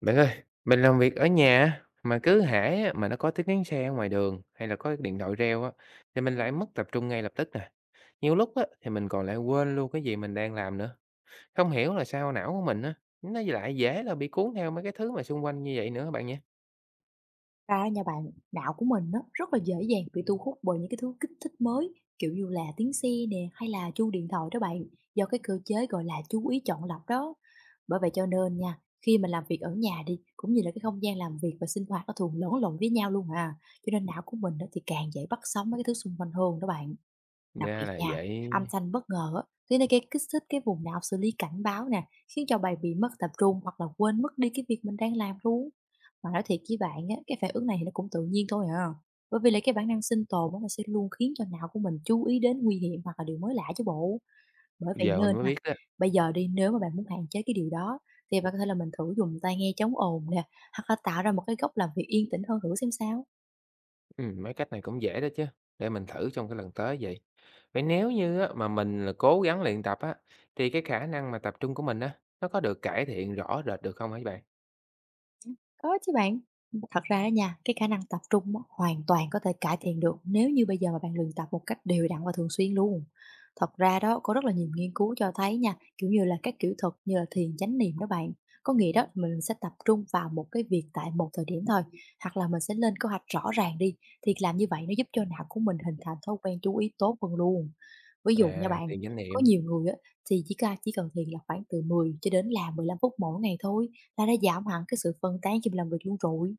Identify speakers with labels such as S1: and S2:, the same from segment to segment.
S1: Bạn ơi, mình làm việc ở nhà á, mà cứ hễ á, mà nó có tiếng xe ở ngoài đường hay là có cái điện thoại reo á thì mình lại mất tập trung ngay lập tức nè. Nhiều lúc á thì mình còn lại quên luôn cái gì mình đang làm nữa. Không hiểu là sao não của mình á nó lại dễ là bị cuốn theo mấy cái thứ mà xung quanh như vậy nữa bạn nhé.
S2: Ra á nha bạn, não của mình á, rất là dễ dàng bị thu hút bởi những cái thứ kích thích mới, kiểu như là tiếng xe nè hay là chuông điện thoại đó bạn, do cái cơ chế gọi là chú ý chọn lọc đó. Bởi vậy cho nên nha, khi mình làm việc ở nhà đi, cũng như là cái không gian làm việc và sinh hoạt nó thường lẫn lộn với nhau luôn à. Cho nên não của mình á, thì càng dễ bắt sóng mấy cái thứ xung quanh hơn đó bạn. Đặc
S1: Ra
S2: biệt
S1: là
S2: nha, âm
S1: vậy.
S2: thanh bất ngờ á, thì nó gây kích thích cái vùng não xử lý cảnh báo nè, khiến cho bạn bị mất tập trung hoặc là quên mất đi cái việc mình đang làm luôn. Mà nói thiệt với bạn á, cái phản ứng này thì nó cũng tự nhiên thôi à. Bởi vì là cái bản năng sinh tồn nó sẽ luôn khiến cho não của mình chú ý đến nguy hiểm hoặc là điều mới lạ chứ bộ. Bởi vậy
S1: Giờ mình
S2: nên
S1: mới
S2: ha,
S1: biết đó.
S2: bây giờ đi, nếu mà bạn muốn hạn chế cái điều đó thì bạn có thể là mình thử dùng tai nghe chống ồn nè, hoặc là tạo ra một cái góc làm việc yên tĩnh hơn thử xem sao.
S1: Ừ, mấy cách này cũng dễ đó chứ. Để mình thử trong cái lần tới vậy. Vậy nếu như á, mà mình là cố gắng luyện tập á thì cái khả năng mà tập trung của mình á nó có được cải thiện rõ rệt được không hả bạn?
S2: Có chứ bạn. Thật ra á nha, cái khả năng tập trung á, hoàn toàn có thể cải thiện được nếu như bây giờ mà bạn luyện tập một cách đều đặn và thường xuyên luôn. Thật ra đó, có rất là nhiều nghiên cứu cho thấy nha, kiểu như là các kiểu thuật như là thiền chánh niệm đó bạn. Có nghĩa đó, mình sẽ tập trung vào một cái việc tại một thời điểm thôi, hoặc là mình sẽ lên kế hoạch rõ ràng đi. Thì làm như vậy nó giúp cho não của mình hình thành thói quen chú ý tốt hơn luôn. Ví dụ nha
S1: À,
S2: bạn,
S1: thiền chánh
S2: có
S1: niệm,
S2: nhiều người á, thì chỉ cần thiền là khoảng từ 10 cho đến là 15 phút mỗi ngày thôi là đã giảm hẳn cái sự phân tán khi mình làm việc luôn rồi.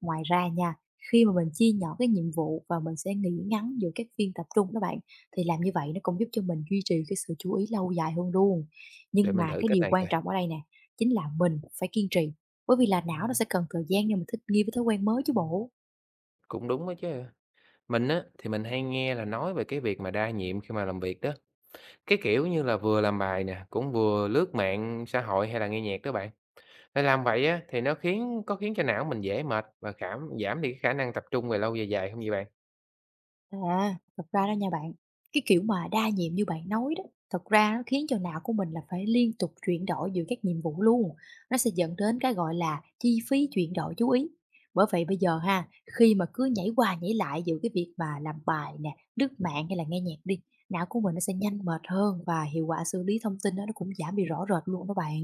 S2: Ngoài ra nha, khi mà mình chia nhỏ cái nhiệm vụ và mình sẽ nghỉ ngắn giữa các phiên tập trung đó bạn, thì làm như vậy nó cũng giúp cho mình duy trì cái sự chú ý lâu dài hơn luôn.
S1: để
S2: Nhưng
S1: mình
S2: mà
S1: thử
S2: cái
S1: cách
S2: điều
S1: này
S2: quan
S1: coi,
S2: trọng ở đây nè, chính là mình phải kiên trì, bởi vì là não nó sẽ cần thời gian để mình thích nghi với thói quen mới chứ bộ.
S1: cũng đúng á chứ. Mình á, thì mình hay nghe là nói về cái việc mà đa nhiệm khi mà làm việc đó, cái kiểu như là vừa làm bài nè, cũng vừa lướt mạng xã hội hay là nghe nhạc đó bạn. Để làm vậy á, thì nó khiến cho não mình dễ mệt và khảm giảm đi cái khả năng tập trung về lâu về dài không vậy bạn?
S2: À, thật ra đó nha bạn, cái kiểu mà đa nhiệm như bạn nói đó, thật ra nó khiến cho não của mình là phải liên tục chuyển đổi giữa các nhiệm vụ luôn. Nó sẽ dẫn đến cái gọi là chi phí chuyển đổi chú ý. Bởi vậy bây giờ ha, khi mà cứ nhảy qua nhảy lại giữa cái việc mà làm bài nè, lướt mạng hay là nghe nhạc đi, não của mình nó sẽ nhanh mệt hơn và hiệu quả xử lý thông tin đó nó cũng giảm đi rõ rệt luôn đó bạn.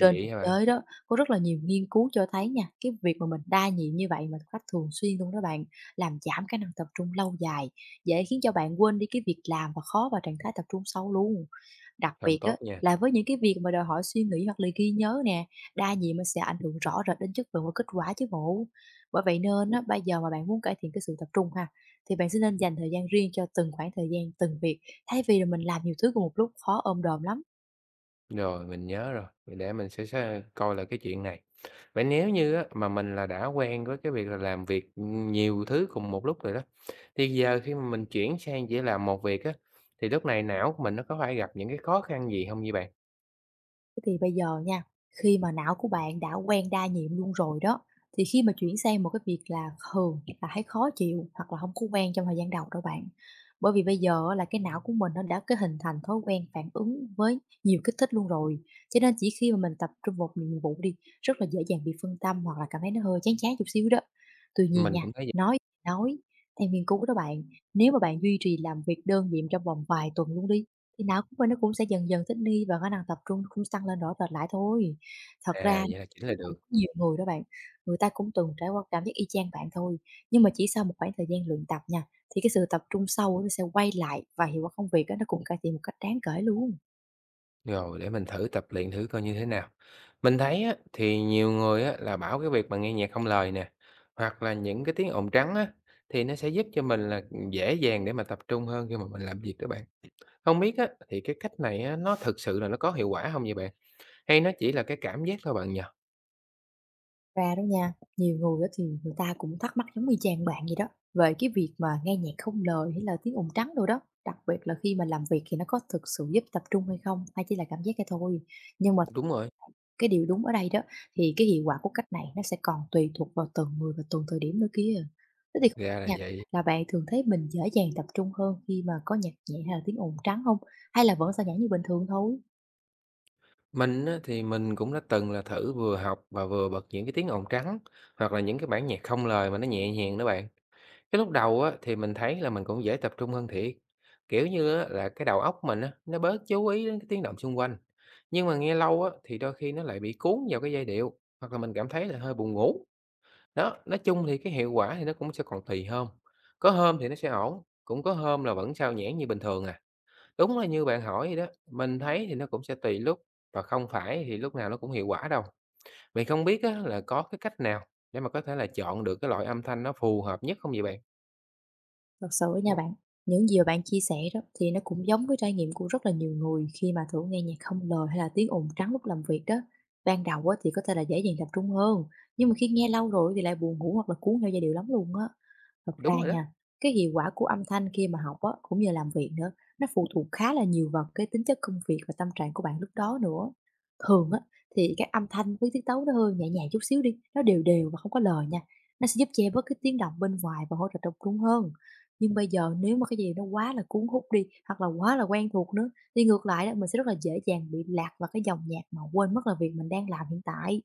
S2: Trên thực
S1: hả bạn?
S2: tế đó, có rất là nhiều nghiên cứu cho thấy nha, cái việc mà mình đa nhiệm như vậy mà một cách thường xuyên luôn đó bạn, làm giảm khả năng tập trung lâu dài, dễ khiến cho bạn quên đi cái việc làm và khó vào trạng thái tập trung sâu luôn. Đặc
S1: Không
S2: biệt á,
S1: tốt nha.
S2: là với những cái việc mà đòi hỏi suy nghĩ hoặc là ghi nhớ nè, đa nhiệm nó sẽ ảnh hưởng rõ rệt đến chất lượng và kết quả chứ bộ. Bởi vậy nên á, bây giờ mà bạn muốn cải thiện cái sự tập trung ha, thì bạn sẽ nên dành thời gian riêng cho từng khoảng thời gian, từng việc, thay vì là mình làm nhiều thứ cùng một lúc, khó ôm đồm lắm.
S1: Rồi, mình nhớ rồi, vậy để mình sẽ coi lại cái chuyện này. Vậy nếu như á, mà mình là đã quen với cái việc là làm việc nhiều thứ cùng một lúc rồi đó, thì giờ khi mà mình chuyển sang chỉ làm một việc á, thì lúc này não của mình nó có phải gặp những cái khó khăn gì hông vậy bạn?
S2: Thế thì bây giờ nha, khi mà não của bạn đã quen đa nhiệm luôn rồi đó, thì khi mà chuyển sang một cái việc là thường là thấy khó chịu hoặc là không có quen trong thời gian đầu đâu bạn. Bởi vì bây giờ á là cái não của mình nó đã cái hình thành thói quen phản ứng với nhiều kích thích luôn rồi, cho nên chỉ khi mà mình tập trung một nhiệm vụ đi, rất là dễ dàng bị phân tâm hoặc là cảm thấy nó hơi chán chán chút xíu đó. Tuy nhiên
S1: Mình
S2: nha,
S1: cũng thấy vậy,
S2: nói, theo nghiên cứu đó bạn, nếu mà bạn duy trì làm việc đơn nhiệm trong vòng vài tuần luôn đi, thì não của mình nó cũng sẽ dần dần thích nghi và khả năng tập trung cũng tăng lên rõ rệt lại thôi. Thật
S1: à,
S2: ra
S1: vậy là chỉnh
S2: thì
S1: là được,
S2: cũng có nhiều người đó bạn, người ta cũng từng trải qua cảm giác y chang bạn thôi, nhưng mà chỉ sau một khoảng thời gian luyện tập nha, thì cái sự tập trung sâu nó sẽ quay lại và hiệu quả công việc đó nó cũng cải thiện một cách đáng kể luôn.
S1: rồi để mình thử tập luyện thử coi như thế nào. Mình thấy á, thì nhiều người á, là bảo cái việc mà nghe nhạc không lời nè, hoặc là những cái tiếng ồn trắng á, thì nó sẽ giúp cho mình là, dễ dàng để mà tập trung hơn khi mà mình làm việc đó bạn. Hông biết á, thì cái cách này á, nó thực sự là nó có hiệu quả hông vậy bạn? Hay nó chỉ là cái cảm giác thôi bạn nhỉ?
S2: Ra đó nha, nhiều người đó thì người ta cũng thắc mắc giống y chang bạn vậy đó, về cái việc mà nghe nhạc không lời hay là tiếng ồn trắng đồ đó. Đặc biệt là khi mà làm việc thì nó có thực sự giúp tập trung hay không, hay chỉ là cảm giác cái thôi. Nhưng mà
S1: Đúng rồi,
S2: cái điều đúng ở đây đó, thì cái hiệu quả của cách này nó sẽ còn tùy thuộc vào từng người và từng thời điểm nữa kia. Thế thì không
S1: ra
S2: biết
S1: là
S2: nha,
S1: vậy.
S2: là bạn thường thấy mình dễ dàng tập trung hơn khi mà có nhạc nhẹ hay là tiếng ồn trắng không? Hay là vẫn sao nhãng như bình thường thôi?
S1: Mình á, thì mình cũng đã từng là thử vừa học và vừa bật những cái tiếng ồn trắng hoặc là những cái bản nhạc không lời mà nó nhẹ nhàng đó bạn. Cái lúc đầu á, thì mình thấy là mình cũng dễ tập trung hơn thiệt. Kiểu như á, là cái đầu óc mình á, nó bớt chú ý đến cái tiếng động xung quanh. Nhưng mà nghe lâu á, thì đôi khi nó lại bị cuốn vào cái giai điệu hoặc là mình cảm thấy là hơi buồn ngủ. Đó, nói chung thì cái hiệu quả thì nó cũng sẽ còn tùy hôm. Có hôm thì nó sẽ ổn, cũng có hôm là vẫn sao nhãng như bình thường à. Đúng là như bạn hỏi vậy đó, mình thấy thì nó cũng sẽ tùy lúc và không phải thì lúc nào nó cũng hiệu quả đâu. Mình không biết á, là có cái cách nào để mà có thể là chọn được cái loại âm thanh nó phù hợp nhất không vậy bạn?
S2: Thật sự á nha bạn, những gì mà bạn chia sẻ đó thì nó cũng giống với trải nghiệm của rất là nhiều người khi mà thử nghe nhạc không lời hay là tiếng ồn trắng lúc làm việc đó. Ban đầu á thì có thể là dễ dàng tập trung hơn, nhưng mà khi nghe lâu rồi thì lại buồn ngủ hoặc là cuốn theo giai điệu lắm luôn á. Thật ra
S1: Đúng rồi đó.
S2: nha, cái hiệu quả của âm thanh khi mà học á, cũng như làm việc nữa, nó phụ thuộc khá là nhiều vào cái tính chất công việc và tâm trạng của bạn lúc đó nữa. Thường á, thì các âm thanh với tiết tấu nó hơi nhẹ nhàng chút xíu đi, nó đều đều và không có lời nha. Nó sẽ giúp che bớt cái tiếng động bên ngoài và hỗ trợ tập trung hơn. Nhưng bây giờ nếu mà cái gì nó quá là cuốn hút đi hoặc là quá là quen thuộc nữa thì ngược lại đó, mình sẽ rất là dễ dàng bị lạc vào cái dòng nhạc mà quên mất là việc mình đang làm hiện tại.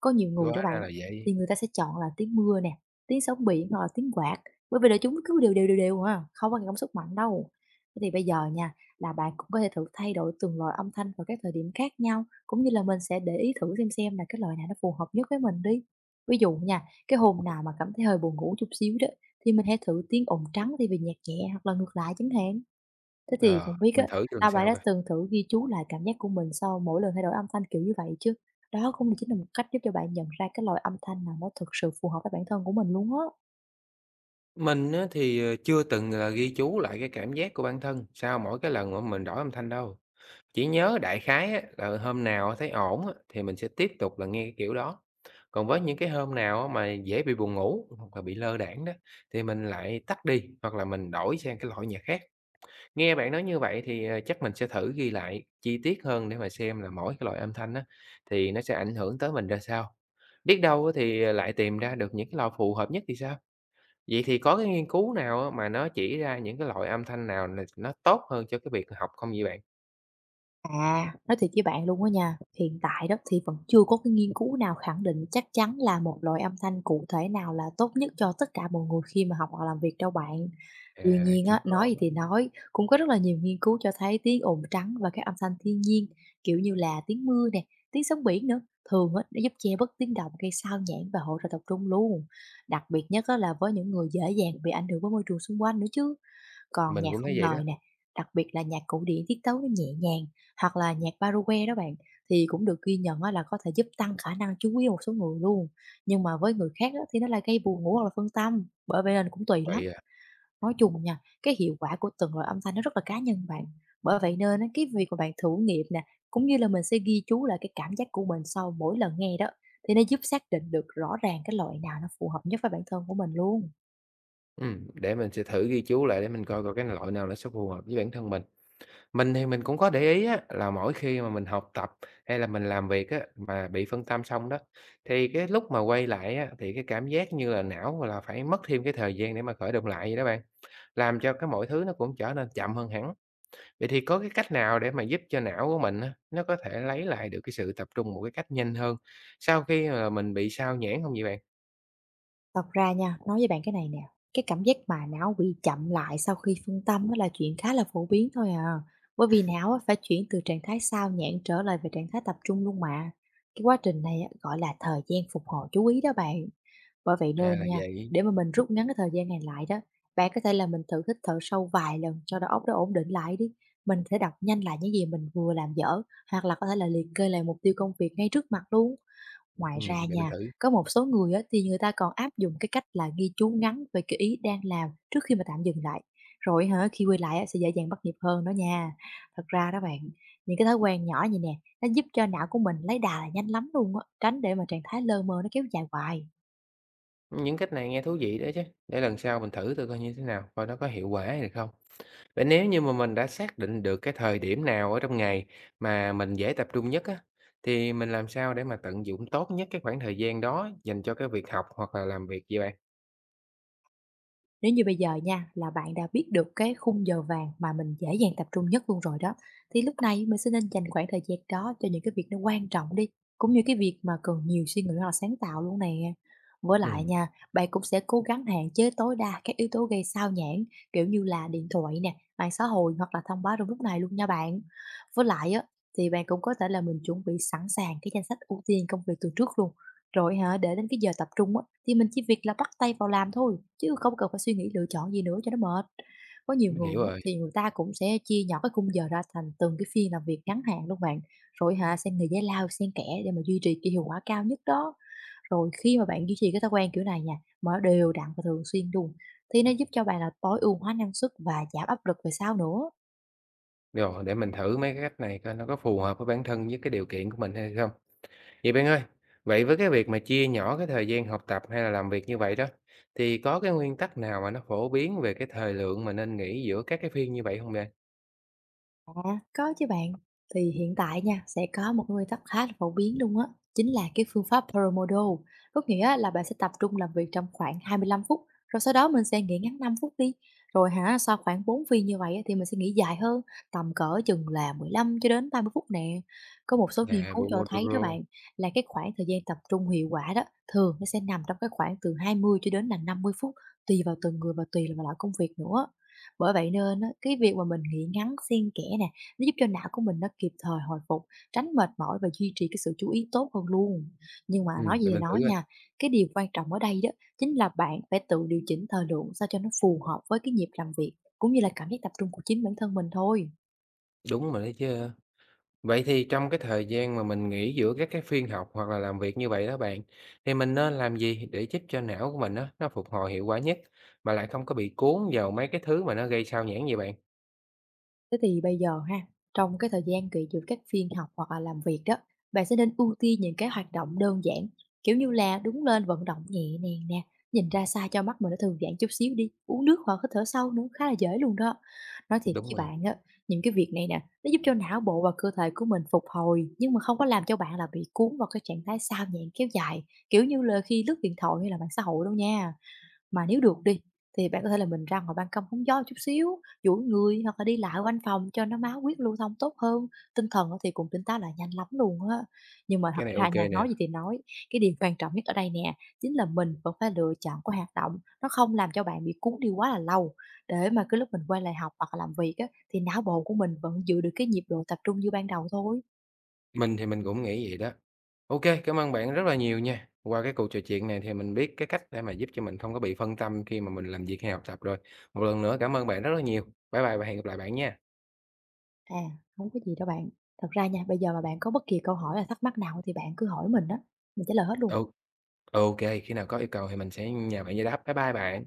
S2: Có nhiều người đó
S1: Hóa ra
S2: bạn
S1: là vậy.
S2: thì người ta sẽ chọn là tiếng mưa nè, tiếng sóng biển hoặc là tiếng quạt, bởi vì là chúng cứ đều đều, đều đều à, không có cái cảm xúc mạnh đâu. Thế thì bây giờ nha, là bạn cũng có thể thử thay đổi từng loại âm thanh vào các thời điểm khác nhau, cũng như là mình sẽ để ý thử xem là cái loại nào nó phù hợp nhất với mình đi. Ví dụ nha, cái hôm nào mà cảm thấy hơi buồn ngủ chút xíu đó, thì mình hãy thử tiếng ồn trắng thì vì nhạc nhẹ hoặc là ngược lại chẳng hạn. Thế thì
S1: Ờ,
S2: không biết á,
S1: mình thử cho lần
S2: là bạn
S1: sau
S2: đã
S1: coi.
S2: từng thử ghi chú lại cảm giác của mình sau mỗi lần thay đổi âm thanh kiểu như vậy chưa? Đó cũng chính là một cách giúp cho bạn nhận ra cái loại âm thanh nào nó thực sự phù hợp với bản thân của mình luôn á.
S1: Mình á, thì chưa từng là ghi chú lại cái cảm giác của bản thân sau mỗi cái lần mà mình đổi âm thanh đâu. Chỉ nhớ đại khái á, là hôm nào thấy ổn á, thì mình sẽ tiếp tục là nghe cái kiểu đó. Còn với những cái hôm nào á mà dễ bị buồn ngủ hoặc là bị lơ đãng đó, thì mình lại tắt đi hoặc là mình đổi sang cái loại nhạc khác. Nghe bạn nói như vậy thì, chắc mình sẽ thử ghi lại chi tiết hơn để mà xem là mỗi cái loại âm thanh á, thì nó sẽ ảnh hưởng tới mình ra sao. Biết đâu á thì, lại tìm ra được những cái loại phù hợp nhất thì sao? Vậy thì có cái nghiên cứu nào á mà nó chỉ ra những cái loại âm thanh nào là nó tốt hơn cho cái việc học không vậy bạn?
S2: À, nói thiệt với bạn luôn á nha, hiện tại đó thì vẫn chưa có cái nghiên cứu nào khẳng định chắc chắn là một loại âm thanh cụ thể nào là tốt nhất cho tất cả mọi người khi mà học hoặc làm việc đâu bạn. Tuy
S1: À,
S2: nhiên
S1: chưa
S2: á, nói
S1: có.
S2: gì thì nói, cũng có rất là nhiều nghiên cứu cho thấy tiếng ồn trắng và các âm thanh thiên nhiên, kiểu như là tiếng mưa nè, tiếng sóng biển nữa, thường á, nó giúp che bớt tiếng động gây sao nhãng và hỗ trợ tập trung luôn. Đặc biệt nhất á, là với những người dễ dàng bị ảnh hưởng bởi môi trường xung quanh nữa chứ. Còn
S1: Mình
S2: nhạc
S1: cũng thấy
S2: không
S1: vậy đó.
S2: lời nè, đặc biệt là nhạc cổ điển tiết tấu nó nhẹ nhàng hoặc là nhạc Baroque đó bạn thì cũng được ghi nhận á là có thể giúp tăng khả năng chú ý của một số người luôn. Nhưng mà với người khác á, thì nó lại gây buồn ngủ hoặc là phân tâm, bởi vậy nên cũng tùy lắm.
S1: Vậy à,
S2: Nói chung nha, cái hiệu quả của từng loại âm thanh nó rất là cá nhân bạn. Bởi vậy nên á, cái việc mà bạn thử nghiệm nè, cũng như là mình sẽ ghi chú lại cái cảm giác của mình sau mỗi lần nghe đó thì nó giúp xác định được rõ ràng cái loại nào nó phù hợp nhất với bản thân của mình luôn.
S1: để mình sẽ thử ghi chú lại để mình coi coi cái loại nào nó sẽ phù hợp với bản thân mình. Mình thì mình cũng có để ý á, là mỗi khi mà mình học tập hay là mình làm việc á, mà bị phân tâm xong đó, thì cái lúc mà quay lại á, thì cái cảm giác như là não là phải mất thêm cái thời gian để mà khởi động lại vậy đó bạn, làm cho cái mọi thứ nó cũng trở nên chậm hơn hẳn. Vậy thì có cái cách nào để mà giúp cho não của mình á, nó có thể lấy lại được cái sự tập trung một cái cách nhanh hơn, sau khi mà mình bị sao nhãng không vậy bạn?
S2: Thật ra nha, nói với bạn cái này nè, cái cảm giác mà não bị chậm lại sau khi phân tâm đó là chuyện khá là phổ biến thôi à. Bởi vì não á phải chuyển từ trạng thái sao nhãng trở lại về trạng thái tập trung luôn mà. Cái quá trình này á, gọi là thời gian phục hồi chú ý đó bạn. Bởi vậy
S1: À,
S2: nên
S1: là
S2: nha,
S1: vậy,
S2: để mà mình rút ngắn cái thời gian này lại đó, bạn có thể là mình thử hít thở sâu vài lần cho đầu óc đó ổn định lại đi. Mình sẽ đọc nhanh lại những gì mình vừa làm dở hoặc là có thể là liệt kê lại mục tiêu công việc ngay trước mặt luôn. Ngoài ra
S1: để mình
S2: nha,
S1: thử.
S2: có một số người á, thì người ta còn áp dụng cái cách là ghi chú ngắn về cái ý đang làm trước khi mà tạm dừng lại. Rồi hả, khi quay lại á, sẽ dễ dàng bắt nhịp hơn đó nha. Thật ra đó bạn, những cái thói quen nhỏ như nè, nó giúp cho não của mình lấy đà là nhanh lắm luôn á, tránh để mà trạng thái lơ mơ nó kéo dài hoài.
S1: Những cách này nghe thú vị đấy chứ, để lần sau mình thử thử coi như thế nào, coi nó có hiệu quả hay không. Vậy nếu như mà mình đã xác định được cái thời điểm nào ở trong ngày mà mình dễ tập trung nhất á, thì mình làm sao để mà tận dụng tốt nhất cái khoảng thời gian đó dành cho cái việc học hoặc là làm việc vậy bạn?
S2: Nếu như bây giờ nha, là bạn đã biết được cái khung giờ vàng mà mình dễ dàng tập trung nhất luôn rồi đó, thì lúc này mình sẽ nên dành khoảng thời gian đó cho những cái việc nó quan trọng đi, cũng như cái việc mà cần nhiều suy nghĩ hoặc là sáng tạo luôn nè. Với lại
S1: Ừm,
S2: nha, bạn cũng sẽ cố gắng hạn chế tối đa các yếu tố gây sao nhãng, kiểu như là điện thoại nè, mạng xã hội hoặc là thông báo trong lúc này luôn nha bạn. Với lại á, thì bạn cũng có thể là mình chuẩn bị sẵn sàng cái danh sách ưu tiên công việc từ trước luôn, rồi hả, để đến cái giờ tập trung á, thì mình chỉ việc là bắt tay vào làm thôi, chứ không cần phải suy nghĩ lựa chọn gì nữa cho nó mệt. Có nhiều
S1: mình
S2: người
S1: hiểu
S2: á,
S1: rồi.
S2: thì người ta cũng sẽ chia nhỏ cái khung giờ ra thành từng cái phiên làm việc ngắn hạn luôn bạn. Rồi hả, xen người giải lao, xen kẽ để mà duy trì cái hiệu quả cao nhất đó. Rồi khi mà bạn duy trì cái thói quen kiểu này nha, mà nó đều đặn và thường xuyên luôn, thì nó giúp cho bạn là tối ưu hóa năng suất và giảm áp lực về sau nữa.
S1: Rồi, để mình thử mấy cái cách này coi nó có phù hợp với bản thân với cái điều kiện của mình hay không. Vậy bạn ơi, vậy với cái việc mà chia nhỏ cái thời gian học tập hay là làm việc như vậy đó, thì có cái nguyên tắc nào mà nó phổ biến về cái thời lượng mà nên nghỉ giữa các cái phiên như vậy không bạn?
S2: À, có chứ bạn. Thì hiện tại nha, sẽ có một cái nguyên tắc khá là phổ biến luôn á, chính là cái phương pháp Pomodoro. Có nghĩa á là bạn sẽ tập trung làm việc trong khoảng 25 phút, rồi sau đó mình sẽ nghỉ ngắn 5 phút đi. Rồi hả, sau khoảng 4 phiên như vậy á, thì mình sẽ nghỉ dài hơn, tầm cỡ chừng là 15 cho đến 30 phút nè. Có một số nghiên
S1: À,
S2: cứu cho thấy đó
S1: Pomodoro,
S2: bạn, là cái khoảng thời gian tập trung hiệu quả đó, thường nó sẽ nằm trong cái khoảng từ 20 cho đến là 50 phút, tùy vào từng người và tùy vào loại công việc nữa. Bởi vậy nên á, cái việc mà mình nghỉ ngắn xen kẽ nè, nó giúp cho não của mình nó kịp thời hồi phục, tránh mệt mỏi và duy trì cái sự chú ý tốt hơn luôn. Nhưng mà nói gì
S1: để
S2: thì
S1: mình thử
S2: nói
S1: coi.
S2: nha, cái điều quan trọng ở đây đó chính là bạn phải tự điều chỉnh thời lượng sao cho nó phù hợp với cái nhịp làm việc cũng như là cảm giác tập trung của chính bản thân mình thôi.
S1: Đúng rồi đấy chứ. Vậy thì trong cái thời gian mà mình nghỉ giữa các cái phiên học hoặc là làm việc như vậy đó bạn, thì mình nên làm gì để giúp cho não của mình á, nó phục hồi hiệu quả nhất, mà lại không có bị cuốn vào mấy cái thứ mà nó gây sao nhãng vậy bạn?
S2: Thế thì bây giờ ha, trong cái thời gian nghỉ giữa các phiên học hoặc là làm việc đó, bạn sẽ nên ưu tiên những cái hoạt động đơn giản, kiểu như là đứng lên vận động nhẹ nhàng nè, nhìn ra xa cho mắt mình nó thư giãn chút xíu đi, uống nước hoặc hít thở sâu nữa, khá là dễ luôn đó. Nói thiệt
S1: Đúng
S2: với
S1: rồi,
S2: bạn á, những cái việc này nè, nó giúp cho não bộ và cơ thể của mình phục hồi, nhưng mà không có làm cho bạn là bị cuốn vào cái trạng thái sao nhãng kéo dài, kiểu như là khi lướt điện thoại hay là mạng xã hội đâu nha. Mà nếu được đi, thì bạn có thể là mình ra ngoài ban công hóng gió chút xíu, duỗi người hoặc là đi lại quanh phòng cho nó máu huyết lưu thông tốt hơn, tinh thần á thì cũng tỉnh táo lại nhanh lắm luôn á. Nhưng mà
S1: cái
S2: thật
S1: này
S2: ra nhà
S1: OK nè,
S2: nói gì thì nói, cái điều quan trọng nhất ở đây nè, chính là mình vẫn phải lựa chọn cái hoạt động nó không làm cho bạn bị cuốn đi quá là lâu, để mà cái lúc mình quay lại học hoặc là làm việc á, thì não bộ của mình vẫn giữ được cái nhịp độ tập trung như ban đầu thôi.
S1: mình thì mình cũng nghĩ vậy đó. OK, cảm ơn bạn rất là nhiều nha. Qua cái cuộc trò chuyện này thì mình biết cái cách để mà giúp cho mình không có bị phân tâm khi mà mình làm việc hay học tập rồi. Một lần nữa cảm ơn bạn rất là nhiều. Bye bye và hẹn gặp lại bạn nha.
S2: À, hông có gì đâu bạn. Thật ra nha, bây giờ mà bạn có bất kỳ câu hỏi hay thắc mắc nào thì bạn cứ hỏi mình đó, mình trả lời hết luôn.
S1: Ô ô khi nào có yêu cầu thì mình sẽ nhờ bạn giải đáp. Bye bye bạn.